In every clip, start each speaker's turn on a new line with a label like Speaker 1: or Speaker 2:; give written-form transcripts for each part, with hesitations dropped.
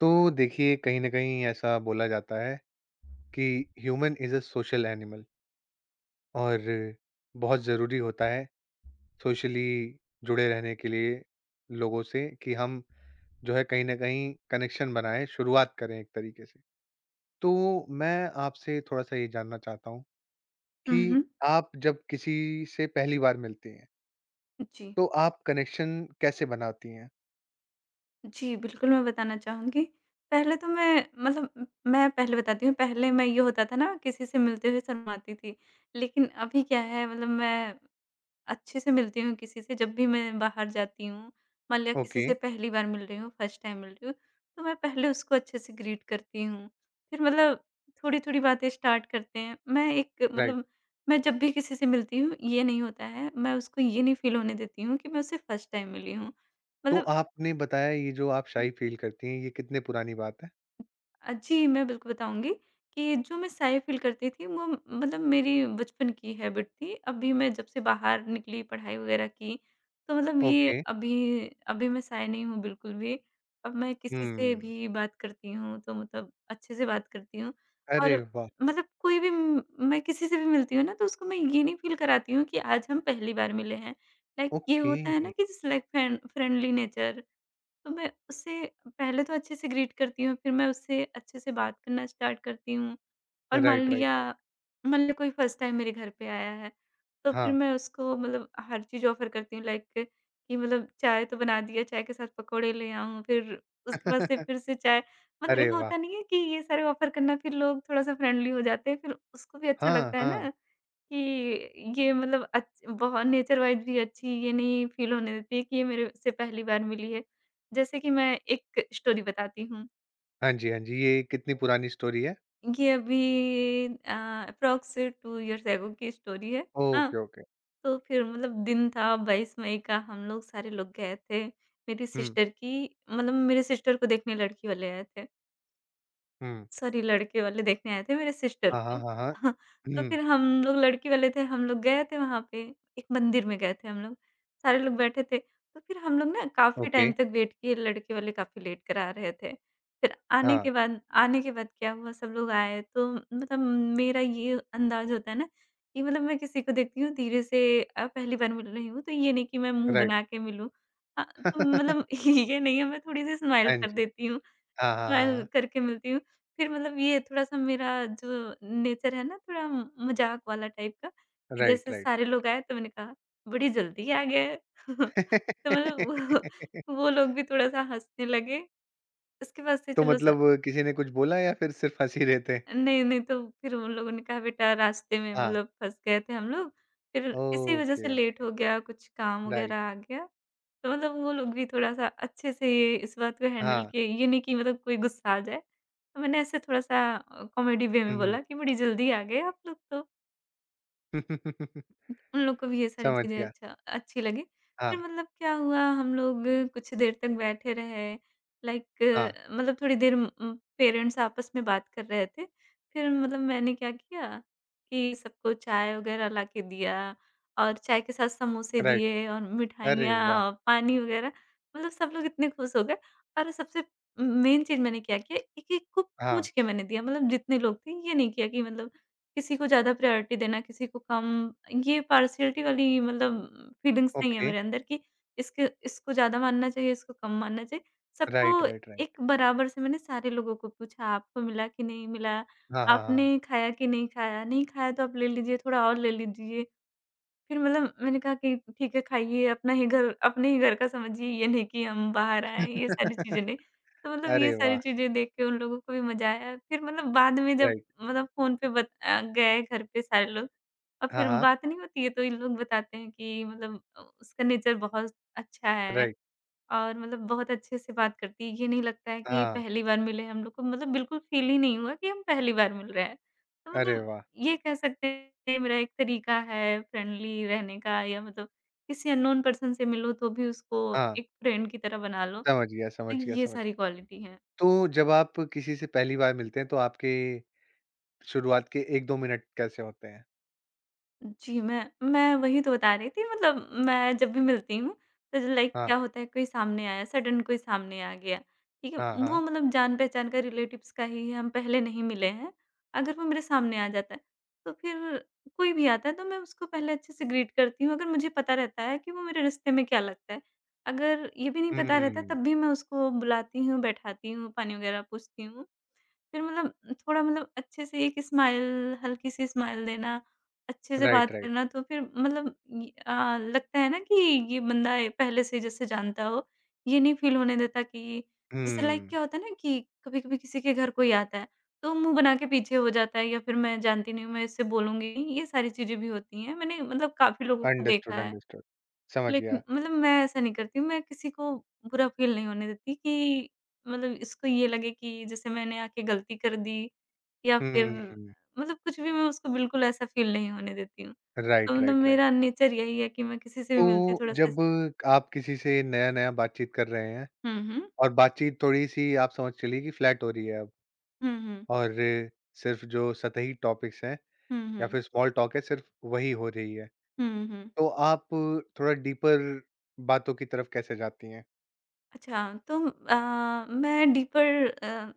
Speaker 1: तो देखिए, कहीं ना कहीं ऐसा बोला जाता है कि human is a social animal. और बहुत ज़रूरी होता है सोशली जुड़े रहने के लिए लोगों से कि हम जो है कहीं ना कहीं कनेक्शन बनाएं, शुरुआत करें एक तरीके से। तो मैं आपसे थोड़ा सा ये जानना चाहता हूँ
Speaker 2: हुँ,
Speaker 1: कि
Speaker 2: हुँ।
Speaker 1: आप जब किसी से पहली बार मिलती हैं
Speaker 2: जी।
Speaker 1: तो आप कनेक्शन कैसे बनाती हैं?
Speaker 2: जी, बिल्कुल मैं बताना चाहूँगी। पहले तो मैं मतलब मैं पहले बताती हूँ, पहले मैं ये होता था ना किसी से मिलते हुए शर्माती थी। लेकिन अभी क्या है मतलब मैं अच्छे से मिलती हूँ किसी से जब भी मैं बाहर जाती हूँ, मान लिया किसी
Speaker 1: ओके।
Speaker 2: से पहली बार मिल रही हूँ, फर्स्ट टाइम मिल रही हूँ, तो मैं पहले उसको अच्छे से ग्रीट करती हूँ। फिर मतलब थोड़ी-थोड़ी बातें स्टार्ट करते हैं। मैं एक
Speaker 1: राइट।
Speaker 2: मतलब मैं जब भी किसी से मिलती हूँ, ये नहीं होता है, मैं उसको ये नहीं फ़ील होने देती हूँ कि मैं उससे फर्स्ट टाइम मिली हूँ।
Speaker 1: तो
Speaker 2: मतलब
Speaker 1: आपने बताया, ये जो आप
Speaker 2: अ,
Speaker 1: शाई फील करती हैं ये कितने पुरानी बात है?
Speaker 2: जी, मैं बिल्कुल बताऊँगी कि जो मैं साय फ़ील करती थी वो मतलब मेरी बचपन की हैबिट थी। अभी मैं जब से बाहर निकली पढ़ाई वग़ैरह की तो मतलब ये
Speaker 1: ओके।
Speaker 2: अभी अभी मैं साय नहीं हूँ बिल्कुल भी। अब मैं किसी से
Speaker 1: हम्म।
Speaker 2: भी बात करती हूँ तो मतलब अच्छे से बात करती हूँ और
Speaker 1: अरे वाह!
Speaker 2: मतलब कोई भी म मैं किसी से भी मिलती हूँ ना तो उसको मैं ये नहीं फ़ील कराती हूँ कि आज हम पहली बार मिले हैं। लाइक ये
Speaker 1: ओके।
Speaker 2: होता है ना कि जैसे लाइक फ्रेंडली नेचर। तो मैं उससे पहले तो अच्छे से ग्रीट करती हूँ, फिर मैं उससे अच्छे से बात करना स्टार्ट करती हूँ। और मान
Speaker 1: राइट, राइट,
Speaker 2: लिया
Speaker 1: राइट।
Speaker 2: मान लिया कोई फर्स्ट टाइम मेरे घर पे आया है, तो फिर
Speaker 1: हाँ।
Speaker 2: मैं उसको मतलब हर चीज़ ऑफ़र करती हूँ लाइक कि मतलब चाय तो बना दिया, चाय के साथ पकोड़े ले आऊँ, फिर उसके बाद से फिर से चाय।
Speaker 1: अरे
Speaker 2: मतलब
Speaker 1: वाह!
Speaker 2: होता नहीं है कि ये सारे ऑफ़र करना फिर लोग थोड़ा-सा फ्रेंडली हो जाते हैं, फिर उसको भी अच्छा
Speaker 1: हाँ,
Speaker 2: लगता है
Speaker 1: हाँ।
Speaker 2: ना। कि ये मतलब अच्छ बहुत नेचर वाइज़ भी अच्छी ये नहीं फ़ील होने देती है कि ये मेरे से पहली बार मिली है। जैसे कि मैं एक स्टोरी बताती हूँ।
Speaker 1: हाँ जी, हाँ जी। ये कितनी पुरानी स्टोरी है?
Speaker 2: ये अभी एप्रॉक्स 2 इयर्स एगो की स्टोरी है। हाँ,
Speaker 1: ओके, ओके।
Speaker 2: तो फिर मतलब दिन था 22 मई का हम लोग सारे लोग गए थे। मेरी
Speaker 1: हुँ,
Speaker 2: सिस्टर की मतलब मेरी सिस्टर को देखने लड़की वाले आए थे।
Speaker 1: हुँ।
Speaker 2: सॉरी लड़के वाले देखने आए थे मेरे सिस्टर
Speaker 1: हाँ, हाँ,
Speaker 2: को।
Speaker 1: हाँ, हाँ।
Speaker 2: हाँ, तो
Speaker 1: हुँ,
Speaker 2: फिर हम लोग लड़के वाले थे, हम लोग गए थे वहाँ पे, एक मंदिर में गए थे हम लोग, सारे लोग बैठे थे। तो फिर हम लोग ना काफ़ी
Speaker 1: ओके।
Speaker 2: टाइम तक वेट किए, लड़के वाले काफ़ी लेट कर आ रहे थे। फिर आने
Speaker 1: हाँ,
Speaker 2: के बाद आने के बाद क्या हुआ सब लोग आए तो मतलब मेरा ये अंदाज़ होता है ना कि मतलब मैं किसी को देखती हूँ धीरे से, पहली बार मिल रही हूँ, तो ये नहीं कि मैं मुँह बना
Speaker 1: राइट।
Speaker 2: के मिलूँ। हाँ, तो मतलब ये नहीं है मैं थोड़ी-सी स्माइल
Speaker 1: हाँ
Speaker 2: कर
Speaker 1: जी।
Speaker 2: देती हूँ।
Speaker 1: हाँ, हाँ, हाँ,
Speaker 2: स्माइल
Speaker 1: हाँ।
Speaker 2: करके मिलती हूँ। फिर मतलब ये थोड़ा-सा मेरा जो नेचर है ना थोड़ा मज़ाक वाला टाइप का, कि
Speaker 1: राइट,
Speaker 2: जैसे
Speaker 1: राइट,
Speaker 2: सारे
Speaker 1: राइट।
Speaker 2: लोग आए तो मैंने कहा बड़ी जल्दी आ गए। तो मतलब वो लोग भी थोड़ा-सा हँसने लगे। उसके बाद से
Speaker 1: तो
Speaker 2: चलो स
Speaker 1: मतलब किसी ने कुछ बोला या फिर सिर्फ़ हँस ही रहे थे?
Speaker 2: नहीं, नहीं, तो फिर उन लोगों ने कहा बेटा रास्ते में
Speaker 1: हाँ।
Speaker 2: मतलब फँस गए थे हम लोग, फिर इसी वज़ह से
Speaker 1: ओके,
Speaker 2: लेट
Speaker 1: ओके।
Speaker 2: हो गया, कुछ काम वग़ैरह
Speaker 1: राइट।
Speaker 2: आ गया। तो मतलब वो लोग भी थोड़ा-सा अच्छे से ये इस बात को हैंडल
Speaker 1: हाँ।
Speaker 2: किए, ये नहीं कि मतलब कोई गुस्सा आ जाए। तो मैंने ऐसे थोड़ा-सा कॉमेडी वे में
Speaker 1: हुँ, हुँ।
Speaker 2: बोला कि बड़ी जल्दी आ गए आप लोग तो। उन लोग को भी ये सारी
Speaker 1: समझ
Speaker 2: चीज़ें
Speaker 1: गया।
Speaker 2: अच्छी लगी।
Speaker 1: हाँ,
Speaker 2: फिर मतलब क्या हुआ हम लोग कुछ देर तक बैठे रहे, लाइक
Speaker 1: हाँ।
Speaker 2: मतलब थोड़ी देर पेरेंट्स आपस में बात कर रहे थे। फिर मतलब मैंने क्या किया कि सबको चाय वग़ैरह ला के दिया और चाय के साथ समोसे
Speaker 1: राइट।
Speaker 2: दिए और
Speaker 1: अरे
Speaker 2: मिठाइयाँ
Speaker 1: वाह!
Speaker 2: और पानी वग़ैरह, मतलब सब लोग इतने खुश हो गए। और सबसे मेन चीज़ मैंने क्या किया, एक-एक को पूछ
Speaker 1: हाँ,
Speaker 2: के मैंने दिया, मतलब जितने लोग थे ये नहीं किया कि मतलब किसी को ज़्यादा प्रायोरिटी देना, किसी को कम, ये पार्शियलिटी वाली मतलब फीलिंग्स नहीं है
Speaker 1: ओके।
Speaker 2: मेरे अंदर कि इसके इसको ज़्यादा मानना चाहिए, इसको कम मानना चाहिए।
Speaker 1: राइट,
Speaker 2: सबको
Speaker 1: राइट, राइट।
Speaker 2: एक बराबर से मैंने सारे लोगों को पूछा, "आपको मिला कि नहीं मिला?
Speaker 1: हाँ, हाँ, हाँ।
Speaker 2: आपने खाया कि नहीं खाया? नहीं खाया तो आप ले लीजिए, थोड़ा और ले लीजिए।" फिर मतलब मैंने कहा कि ठीक है खाइए, अपना ही घर अपने ही घर का समझिए, ये नहीं कि हम बाहर आए हैं, ये सारी चीज़ें नहीं। तो मतलब ये
Speaker 1: अरे
Speaker 2: सारी
Speaker 1: वाह!
Speaker 2: चीज़ें देख के उन लोगों को भी मज़ा आया। फिर मतलब बाद में जब
Speaker 1: राइट।
Speaker 2: मतलब फ़ोन पे गए घर पे सारे लोग और
Speaker 1: हाँ,
Speaker 2: फिर
Speaker 1: हाँ।
Speaker 2: बात नहीं होती है तो ये लोग बताते हैं कि मतलब उसका नेचर बहुत अच्छा है।
Speaker 1: राइट।
Speaker 2: और मतलब बहुत अच्छे से बात करती है। ये नहीं लगता है कि
Speaker 1: हाँ।
Speaker 2: पहली बार मिले हम लोग को मतलब बिल्कुल फ़ील ही नहीं हुआ कि हम पहली बार मिल रहे हैं। तो
Speaker 1: अरे
Speaker 2: मतलब
Speaker 1: वाह!
Speaker 2: ये कह सकते हैं ये मेरा एक तरीका है फ्रेंडली रहने का या मतलब किसी अननोन पर्सन से मिलो तो भी उसको
Speaker 1: हाँ,
Speaker 2: एक फ्रेंड की तरह बना लो।
Speaker 1: समझ गया,
Speaker 2: तो
Speaker 1: समझ गया,
Speaker 2: ये
Speaker 1: समझ
Speaker 2: सारी
Speaker 1: गया।
Speaker 2: क्वालिटी है।
Speaker 1: तो जब आप किसी से पहली बार मिलते हैं तो आपके शुरुआत के 1-2 मिनट कैसे होते हैं?
Speaker 2: जी, मैं वही तो बता रही थी मतलब मैं जब भी मिलती हूँ, तो लाइक
Speaker 1: हाँ,
Speaker 2: क्या होता है कोई सामने आया, सडन कोई सामने आ गया, ठीक है?
Speaker 1: हाँ,
Speaker 2: वो
Speaker 1: हाँ।
Speaker 2: मतलब जान-पहचान का रिलेटिव्स का ही है, हम पहले नहीं मिले हैं। अगर वो मेरे सामने आ जाता है, तो फिर कोई भी आता है तो मैं उसको पहले अच्छे से ग्रीट करती हूँ, अगर मुझे पता रहता है कि वो मेरे रिश्ते में क्या लगता है। अगर ये भी नहीं पता रहता
Speaker 1: हुँ।
Speaker 2: तब भी मैं उसको बुलाती हूँ, बैठाती हूँ, पानी वगैरह पूछती हूँ। फिर मतलब थोड़ा मतलब अच्छे से एक स्माइल, हल्की-सी स्माइल देना, अच्छे से
Speaker 1: राइट,
Speaker 2: बात
Speaker 1: राइट।
Speaker 2: करना तो फिर मतलब ये लगता है ना कि ये बंदा ये पहले से जैसे जानता हो, ये नहीं फ़ील होने देता कि जैसे लाइक
Speaker 1: हुँ।
Speaker 2: क्या होता है ना कि कभी-कभी किसी के घर कोई आता है, तो मुँह बना के पीछे हो जाता है या फिर मैं जानती नहीं हूँ, मैं इससे बोलूँगी नहीं, ये सारी चीज़ें भी होती हैं। मैंने मतलब काफ़ी लोगों को देखा
Speaker 1: अंडरस्टूड,
Speaker 2: है।
Speaker 1: अंडरस्टूड। समझ
Speaker 2: लेकिन
Speaker 1: गया।
Speaker 2: मतलब मैं ऐसा नहीं करती हूँ, मैं किसी को बुरा फ़ील नहीं होने देती कि मतलब इसको ये लगे कि जैसे मैंने आके गलती कर दी या फिर
Speaker 1: हुँ।
Speaker 2: मतलब कुछ भी मैं उसको बिल्कुल ऐसा फ़ील नहीं होने देती हूँ। तो
Speaker 1: राइट,
Speaker 2: मतलब
Speaker 1: राइट, राइट।
Speaker 2: मेरा नेचर यही है कि मैं किसी से भी
Speaker 1: तो
Speaker 2: मिलती हूँ थोड़ा-सा।
Speaker 1: जब आप किसी से नया-नया बातचीत कर रहे हैं
Speaker 2: हुँ, हुँ।
Speaker 1: और बातचीत थोड़ी-सी आप समझ चलिए कि फ्लैट हो रही है अब,
Speaker 2: हुँ, हुँ।
Speaker 1: और सिर्फ़ जो सतही टॉपिक्स हैं
Speaker 2: हुँ,
Speaker 1: या
Speaker 2: हुँ।
Speaker 1: फिर स्मॉल टॉक है सिर्फ़ वही हो रही है,
Speaker 2: हुँ, हुँ।
Speaker 1: तो आप थोड़ा डीपर बातों की तरफ कैसे जाती हैं?
Speaker 2: अच्छा, तो मैं डीपर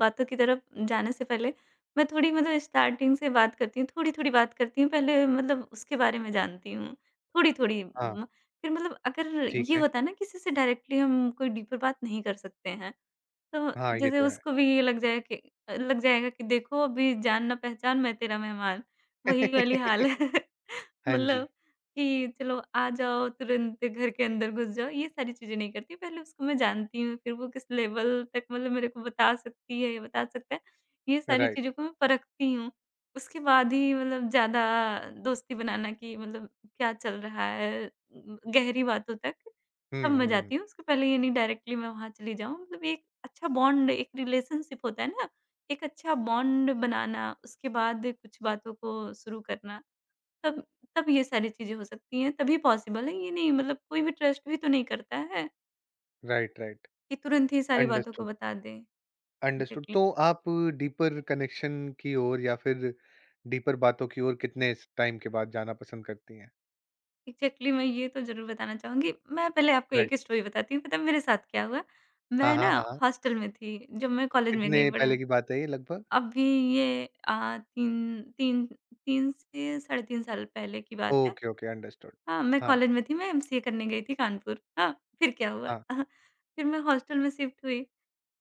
Speaker 2: बातों की तरफ जाने से पहले मैं थोड़ी मतलब स्टार्टिंग से बात करती हूँ, थोड़ी-थोड़ी बात करती हूँ, पहले मतलब उसके बारे में जानती हूँ, थोड़ी-थोड़ी
Speaker 1: हाँ,
Speaker 2: म फिर मतलब अगर
Speaker 1: ठीक
Speaker 2: ये
Speaker 1: है।
Speaker 2: होता है ना किसी से डायरेक्टली हम कोई डीपर बात नहीं कर सकते हैं, तो
Speaker 1: हाँ, ये
Speaker 2: जैसे
Speaker 1: तो है।
Speaker 2: उसको भी ये लग जाए कि लग जाएगा कि देखो अभी जान ना पहचान मैं तेरा मेहमान, वही वाली हाल है।
Speaker 1: हाँ जी,
Speaker 2: मतलब कि चलो आ जाओ, तुरंत घर के अंदर घुस जाओ, ये सारी चीज़ें नहीं करती। पहले उसको मैं जानती हूँ, फिर वो किस लेवल तक मतलब मेरे को बता सकती है, या बता सकता है, ये सारी चीज़ों
Speaker 1: राइट।
Speaker 2: को मैं परखती हूँ। उसके बाद ही मतलब ज़्यादा दोस्ती बनाना कि मतलब क्या चल रहा है, गहरी बातों तक तब
Speaker 1: हुँ,
Speaker 2: मैं
Speaker 1: हुँ,
Speaker 2: जाती हूँ, उसके पहले ये नहीं डायरेक्टली मैं वहाँ चली जाऊँ। मतलब एक अच्छा बॉन्ड, एक रिलेशनशिप होता है ना, एक अच्छा बॉन्ड बनाना, उसके बाद कुछ बातों को शुरू करना। तब तब ये सारी चीज़ें हो सकती हैं, तभी पॉसिबल है। ये नहीं मतलब कोई भी ट्रस्ट भी तो नहीं करता है
Speaker 1: राइट, राइट।
Speaker 2: कि तुरंत ही सारी बातों को
Speaker 1: अंडरस्टूड,
Speaker 2: बता दे।
Speaker 1: अंडरस्टूड।
Speaker 2: एग्ज़ैक्टली,
Speaker 1: तो आप डीपर कनेक्शन की ओर या फिर डीपर बातों की ओर कितने स टाइम के बाद जाना पसंद करती हैं?
Speaker 2: एग्ज़ैक्टली, मैं ये तो ज़रूर बताना चाहूँगी। मैं पहले आपको
Speaker 1: राइट।
Speaker 2: एक स्टोरी बताती हूँ, पता है मेरे साथ क्या हुआ?
Speaker 1: हाँ,
Speaker 2: मैं ना
Speaker 1: हाँ, हाँ, हाँ।
Speaker 2: हॉस्टल में थी जब मैं कॉलेज में
Speaker 1: कितने
Speaker 2: गई पढ़ा।
Speaker 1: पहले की बात है ये लगभग?
Speaker 2: अभी ये 3 3 3 से साढ़े 3 साल पहले की बात है।
Speaker 1: Okay, okay, understood.
Speaker 2: हाँ, मैं
Speaker 1: हाँ,
Speaker 2: कॉलेज में थी, मैं एमसीए करने गई थी कानपुर। हाँ, फिर क्या हुआ?
Speaker 1: हाँ,
Speaker 2: फिर मैं हॉस्टल में शिफ्ट हुई।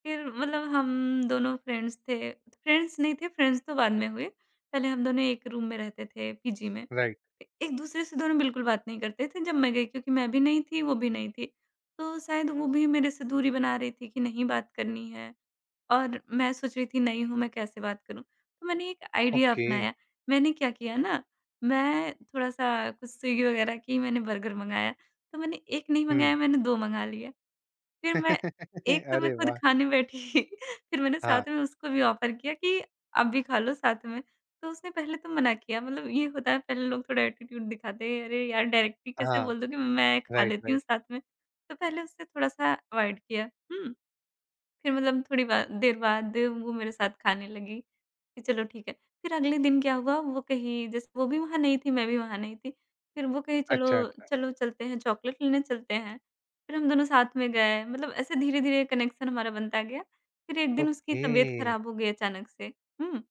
Speaker 2: फिर मतलब हम दोनों फ्रेंड्स थे। फ्रेंड्स नहीं थे, फ्रेंड्स तो बाद में हुए। पहले हम दोनों एक रूम में रहते थे, पीजी में।
Speaker 1: राइट।
Speaker 2: एक-दूसरे से दोनों बिल्कुल बात नहीं करते थे जब मैं गई क्योंकि मैं भी नहीं थी, वो भी नहीं थी। तो शायद वो भी मेरे से दूरी बना रही थी कि नहीं बात करनी है और मैं सोच रही थी नई हूँ, मैं कैसे बात करूँ? तो मैंने एक आइडिया
Speaker 1: ओके।
Speaker 2: अपनाया। मैंने क्या किया ना, मैं थोड़ा-सा कुछ स्विगी वगैरह की मैंने बर्गर मँगाया। तो मैंने 1 नहीं
Speaker 1: हुँ।
Speaker 2: मँगाया, मैंने 2 मँगा लिए। फिर मैं एक तो मैं
Speaker 1: अरे
Speaker 2: खुद
Speaker 1: वाह!
Speaker 2: खाने बैठी फिर मैंने
Speaker 1: हाँ,
Speaker 2: साथ में उसको भी ऑफ़र किया कि आप भी खा लो साथ में। तो उसने पहले तो मना किया मतलब ये होता है पहले लोग थोड़ा एटीट्यूड दिखाते हैं, अरे यार डायरेक्टली कैसे
Speaker 1: हाँ।
Speaker 2: बोल दो कि मैं खा
Speaker 1: राइट,
Speaker 2: लेती हूँ
Speaker 1: राइट।
Speaker 2: साथ में। तो पहले उसने थोड़ा-सा अवॉइड किया। हुँ। फिर मतलब थोड़ी बा देर बाद वो मेरे साथ खाने लगी, कि चलो ठीक है। फिर अगले दिन क्या हुआ वो कहीं जैसे वो भी वहाँ नहीं थी, मैं भी वहाँ नहीं थी। फिर वो कही, चलो
Speaker 1: अच्छा, अच्छा।
Speaker 2: चलो चलते हैं, चॉकलेट लेने चलते हैं। फिर हम दोनों साथ में गए, मतलब ऐसे धीरे-धीरे कनेक्शन हमारा बनता गया। फिर एक दिन उसकी
Speaker 1: ओके।
Speaker 2: तबीयत खराब हो गई अचानक से। हुँ।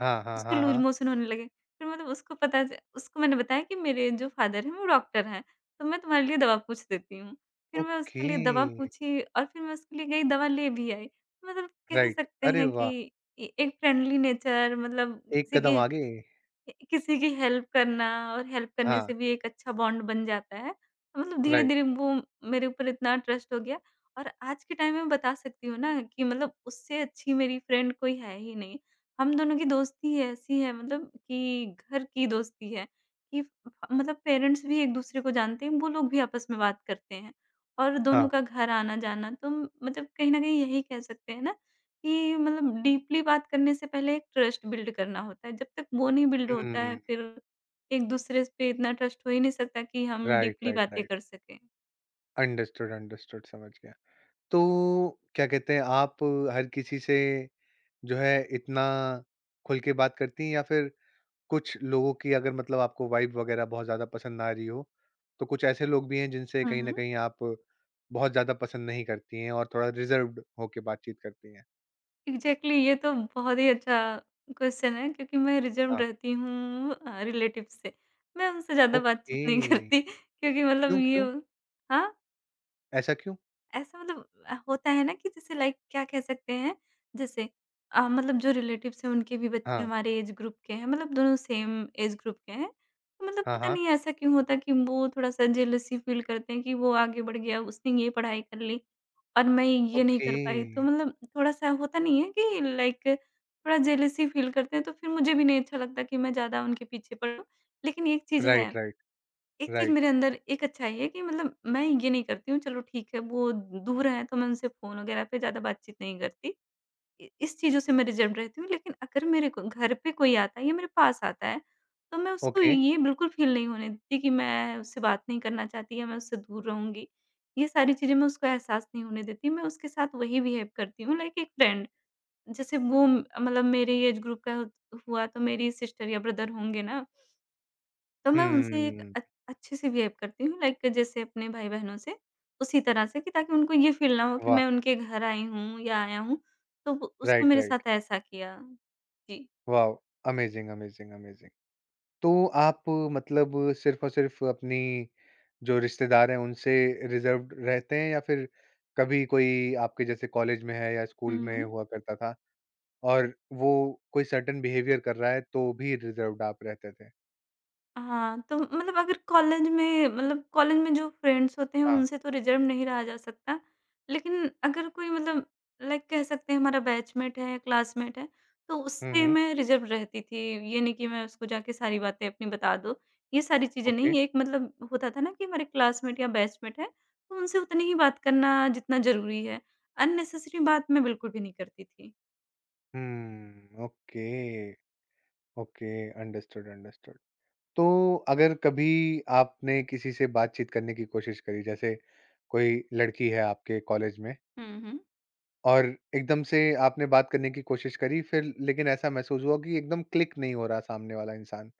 Speaker 1: हाँ, हाँ,
Speaker 2: उसको
Speaker 1: हाँ,
Speaker 2: लूज़
Speaker 1: हाँ।
Speaker 2: मोशन होने लगे। फिर मतलब उसको पता च उसको मैंने बताया कि मेरे जो फ़ादर हैं वो डॉक्टर हैं, तो मैं तुम्हारे लिए दवा पूछ देती हूँ। फिर मैं उसके
Speaker 1: ओके।
Speaker 2: लिए दवा पूछी और फिर मैं उसके लिए गई दवा ले भी आई। मतलब कह
Speaker 1: राइट।
Speaker 2: सकते
Speaker 1: अरे
Speaker 2: हैं
Speaker 1: वाह!
Speaker 2: कि ए एक फ्रेंडली नेचर मतलब
Speaker 1: एक कदम आगे।
Speaker 2: किसी की हेल्प करना और हेल्प करने
Speaker 1: हाँ,
Speaker 2: से भी एक अच्छा बॉन्ड बन जाता है। तो मतलब
Speaker 1: राइट।
Speaker 2: धीरे-धीरे वो मेरे ऊपर इतना ट्रस्ट हो गया और आज के टाइम में बता सकती हूँ ना कि मतलब उससे अच्छी मेरी फ्रेंड कोई है ही नहीं। हम दोनों की दोस्ती ऐसी है मतलब कि घर की दोस्ती है, कि मतलब पेरेंट्स भी एक-दूसरे को जानते हैं, वो लोग भी आपस में बात करते हैं और दोनों
Speaker 1: हाँ।
Speaker 2: का घर आना-जाना, तो मतलब कहीं न कहीं यही कह सकते हैं ना कि मतलब डीपली बात करने से पहले एक ट्रस्ट बिल्ड करना होता है। जब तक वो नहीं बिल्ड होता है,
Speaker 1: हुँ।
Speaker 2: फिर एक-दूसरे पे इतना ट्रस्ट हो ही नहीं सकता कि हम
Speaker 1: राइट,
Speaker 2: डीपली
Speaker 1: राइट,
Speaker 2: बातें कर
Speaker 1: राइट।
Speaker 2: सकें।
Speaker 1: अंडरस्टूड, अंडरस्टूड, समझ गया। तो क्या कहते हैं आप हर किसी से जो है इतना खुल के बात करती हैं, या फिर कुछ लोगों की, अगर मतलब आपको वाइब वगैरह बहुत ज़्यादा पसंद ना आ रही हो, तो कुछ ऐसे लोग भी हैं जिनसे
Speaker 2: हुँ,
Speaker 1: कहीं न
Speaker 2: हुँ।
Speaker 1: कहीं आप बहुत ज़्यादा पसंद नहीं करती हैं और थोड़ा रिज़र्व्ड होके बातचीत करती हैं?
Speaker 2: एग्ज़ैक्टली, ये तो बहुत ही अच्छा क्वेश्चन है क्योंकि मैं रिजर्व्ड
Speaker 1: हाँ,
Speaker 2: रहती हूँ रिलेटिव्स से। मैं उनसे ज़्यादा बातचीत
Speaker 1: ओके।
Speaker 2: नहीं करती क्योंकि मतलब
Speaker 1: क्यों,
Speaker 2: ये,
Speaker 1: क्यों?
Speaker 2: हाँ?
Speaker 1: ऐसा क्यों?
Speaker 2: ऐसा मतलब होता है ना कि जैसे लाइक क्या कह सकते हैं, जैसे मतलब जो रिलेटिव्स हैं उनके भी बच्चे
Speaker 1: हाँ,
Speaker 2: हमारे एज ग्रुप के हैं, मतलब दोनों सेम एज ग्रुप के हैं। तो मतलब
Speaker 1: हाँ,
Speaker 2: पता
Speaker 1: हाँ।
Speaker 2: नहीं ऐसा क्यों होता है कि वो थोड़ा-सा जेलसी फील करते हैं कि वो आगे बढ़ गया, उसने ये पढ़ाई कर ली और मैं ये नहीं
Speaker 1: ओके।
Speaker 2: कर पाई। तो मतलब थोड़ा-सा होता नहीं है कि लाइक थोड़ा जेलसी फील करते हैं, तो फिर मुझे भी नहीं अच्छा लगता कि मैं ज़्यादा उनके पीछे पड़ूँ। लेकिन एक चीज़ है।
Speaker 1: राइट, राइट,
Speaker 2: एक चीज़
Speaker 1: राइट।
Speaker 2: मेरे अंदर एक अच्छाई है कि मतलब मैं ये नहीं करती हूँ, चलो ठीक है वो दूर हैं तो मैं उनसे फ़ोन वगैरह पे ज़्यादा बातचीत नहीं करती। इ इस चीज़ों से मैं रिज़र्व रहती हूँ, लेकिन अगर मेरे को घर पे कोई आता है या मेरे पास आता है, तो मैं उसको
Speaker 1: ओके।
Speaker 2: ये बिल्कुल फ़ील नहीं होने देती कि मैं उससे बात नहीं करना चाहती या मैं उससे दूर रहूँगी। ये सारी चीज़ें मैं उसको एहसास नहीं होने देती, मैं उसके साथ वही बिहेव करती हूँ लाइक एक फ्रेंड। जैसे वो मतलब मेरे एज ग्रुप का हुआ तो मेरी सिस्टर या ब्रदर होंगे ना, तो मैं उनसे एक
Speaker 1: हुँ,
Speaker 2: अच्छे से बिहेव करती हूँ लाइक जैसे अपने भाई-बहनों से, उसी तरह से, कि ताकि उनको ये फ़ील ना हो कि
Speaker 1: वाह!
Speaker 2: मैं उनके घर आई हूँ या आया हूँ, तो वो उसने
Speaker 1: राइट,
Speaker 2: मेरे
Speaker 1: राइट।
Speaker 2: साथ ऐसा किया। जी।
Speaker 1: वाओ! Amazing, amazing, amazing. तो आप मतलब सिर्फ़ और सिर्फ़ अपनी जो रिश्तेदार हैं उनसे रिजर्व्ड रहते हैं, या फिर कभी कोई आपके जैसे कॉलेज में है या स्कूल
Speaker 2: हुँ,
Speaker 1: में
Speaker 2: हुँ।
Speaker 1: हुआ करता था, और वो कोई सर्टेन बिहेवियर कर रहा है तो भी रिजर्व्ड आप रहते थे?
Speaker 2: हाँ, तो मतलब अगर कॉलेज में जो फ्रेंड्स होते हैं
Speaker 1: हाँ।
Speaker 2: उनसे तो रिजर्व नहीं रहा जा सकता। लेकिन अगर कोई मतलब लाइक कह सकते हैं हमारा बैचमेट है, क्लासमेट है, तो
Speaker 1: हुँ,
Speaker 2: उससे
Speaker 1: हुँ।
Speaker 2: मैं रिजर्व रहती थी। ये नहीं कि मैं उसको जाके सारी बातें अपनी बता दो, ये सारी चीज़ें
Speaker 1: ओके।
Speaker 2: नहीं। एक मतलब होता था ना कि हमारे क्लासमेट या बैचमेट है, तो उनसे उतनी ही बात करना जितना ज़रूरी है। अननेसेसरी बात मैं बिल्कुल भी नहीं करती थी।
Speaker 1: Hmm, okay, okay, understood, understood. तो अगर कभी आपने किसी से बातचीत करने की कोशिश करी, जैसे कोई लड़की है आपके कॉलेज में,
Speaker 2: हुँ, हुँ।
Speaker 1: और एकदम से आपने बात करने की कोशिश करी, फिर लेकिन ऐसा महसूस हुआ कि एकदम क्लिक नहीं हो रहा सामने वाला इंसान।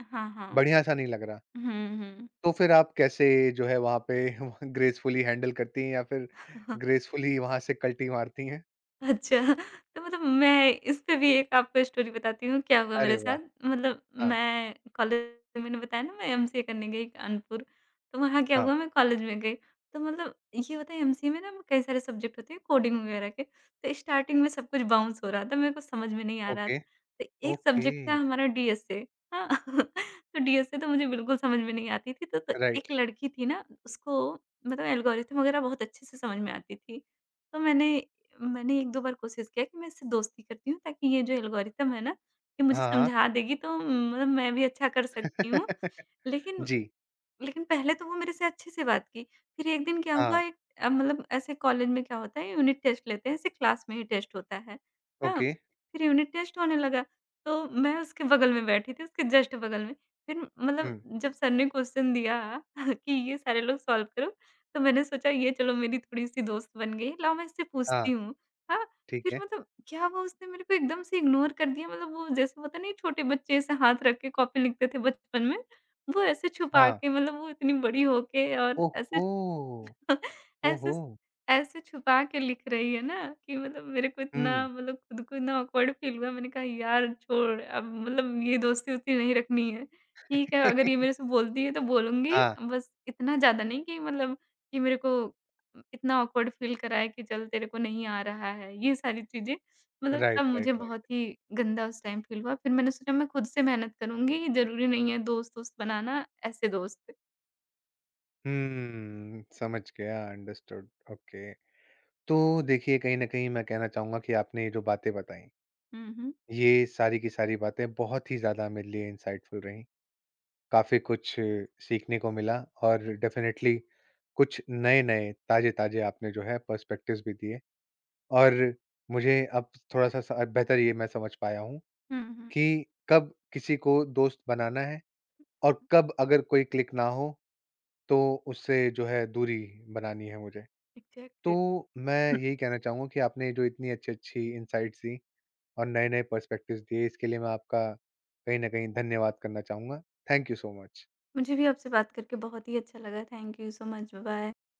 Speaker 2: हाँ, हाँ।
Speaker 1: बढ़िया सा नहीं लग रहा।
Speaker 2: हुँ, हुँ।
Speaker 1: तो फिर आप कैसे जो है वहाँ पे ग्रेसफुली हैंडल करती हैं या फिर ग्रेसफुली वहाँ से कल्टी मारती हैं?
Speaker 2: अच्छा, तो मतलब मैं इस पे भी एक आपको स्टोरी बताती हूँ, क्या हुआ मेरे
Speaker 1: अरे
Speaker 2: साथ।
Speaker 1: वाह!
Speaker 2: मतलब
Speaker 1: हाँ,
Speaker 2: मैंने बताया ना मैं एमसीए करने गई कानपुर, तो वहाँ क्या
Speaker 1: हाँ।
Speaker 2: हुआ, मैं कॉलेज में गई। तो मतलब ये होता है एमसीए में ना कई सारे सब्जेक्ट होते हैं कोडिंग वगैरह के, तो स्टार्टिंग में सब कुछ बाउंस हो रहा था, मेरे को समझ में नहीं आ रहा
Speaker 1: ओके,
Speaker 2: था। तो एक
Speaker 1: ओके,
Speaker 2: सब्जेक्ट था हमारा डीएसए। हाँ, तो डीएसए तो मुझे बिल्कुल समझ में नहीं आती थी, तो एक
Speaker 1: राइट।
Speaker 2: लड़की थी ना उसको मतलब एल्गोरिथम वगैरह बहुत अच्छे से समझ में आती थी। तो मैंने मैंने 1-2 बार कोशिश किया कि मैं इससे दोस्ती करती हूँ ताकि ये जो एल्गोरिथम है ना, ये मुझे
Speaker 1: हाँ, हाँ।
Speaker 2: समझा देगी तो मतलब मैं भी अच्छा कर सकती हूँ। लेकिन
Speaker 1: जी,
Speaker 2: लेकिन पहले तो वो मेरे से अच्छे से बात की। फिर एक दिन क्या हुआ,
Speaker 1: हाँ,
Speaker 2: एक मतलब ऐसे कॉलेज में क्या होता है यूनिट टेस्ट लेते हैं, ऐसे क्लास में ही टेस्ट होता है। हाँ,
Speaker 1: ओके।
Speaker 2: फिर यूनिट टेस्ट होने लगा, तो मैं उसके बगल में बैठी थी, उसके जस्ट बगल में। फिर मतलब
Speaker 1: हुँ,
Speaker 2: जब सर ने क्वेश्चन दिया कि ये सारे लोग सॉल्व करो, तो मैंने सोचा ये चलो मेरी थोड़ी-सी दोस्त बन गई है, लाओ मैं इससे
Speaker 1: हाँ,
Speaker 2: पूछती हूँ। हाँ,
Speaker 1: ठीक
Speaker 2: फिर
Speaker 1: है।
Speaker 2: मतलब क्या हुआ, उसने मेरे को एकदम से इग्नोर कर दिया, मतलब वो जैसे होता नहीं, छोटे बच्चे ऐसे हाथ रख के कॉपी लिखते थे बचपन में। वो ऐसे छुपा
Speaker 1: हाँ,
Speaker 2: के, मतलब वो इतनी बड़ी हो के और ऐसे
Speaker 1: ओहो!
Speaker 2: ऐसे
Speaker 1: ओहो!
Speaker 2: ऐसे छुपा के लिख रही है ना कि मतलब मेरे को इतना,
Speaker 1: हुँ।
Speaker 2: मतलब खुद को इतना ऑकवर्ड फ़ील हुआ, मैंने कहा यार छोड़, अब मतलब ये दोस्ती-वोस्ती नहीं रखनी है। ठीक है, अगर ये मेरे से बोलती है तो बोलूँगी,
Speaker 1: हाँ,
Speaker 2: बस इतना ज़्यादा नहीं कि मतलब कि मेरे को इतना ऑकवर्ड फ़ील कराए कि चल तेरे को नहीं आ रहा है, ये सारी चीज़ें, मतलब तब
Speaker 1: राइट,
Speaker 2: मुझे
Speaker 1: राइट,
Speaker 2: बहुत
Speaker 1: राइट।
Speaker 2: ही गंदा उस टाइम फ़ील हुआ। फिर मैंने सोचा मैं खुद से मेहनत करूँगी, ज़रूरी नहीं है दोस्त-वोस्त बनाना, ऐसे दोस्त।
Speaker 1: समझ गया, अंडरस्टूड, ओके। तो देखिए, कहीं न कहीं मैं कहना चाहूँगा कि आपने ये जो बातें बताई,
Speaker 2: हुँ, हुँ।
Speaker 1: ये सारी की सारी बातें बहुत ही ज़्यादा मेरे लिए इंसाइटफुल रहीं। काफ़ी कुछ सीखने को मिला, और डेफ़िनेटली कुछ नए-नए, ताज़े-ताज़े आपने जो है पर्सपेक्टिव्स भी दिए। और मुझे अब थोड़ा-सा स बेहतर ये मैं समझ पाया हूँ
Speaker 2: हुँ, हुँ।
Speaker 1: कि कब किसी को दोस्त बनाना है, और कब अगर कोई क्लिक ना हो, तो उससे जो है दूरी बनानी है मुझे। तो
Speaker 2: एग्ज़ैक्टली।
Speaker 1: मैं यही कहना चाहूँगा कि आपने जो इतनी अच्छी-अच्छी इनसाइट्स दी और नए-नए पर्सपेक्टिव्स दिए, इसके लिए मैं आपका कहीं न कहीं धन्यवाद करना चाहूँगा। Thank you so much.
Speaker 2: मुझे भी आपसे बात करके बहुत ही अच्छा लगा। Thank you so much. Bye.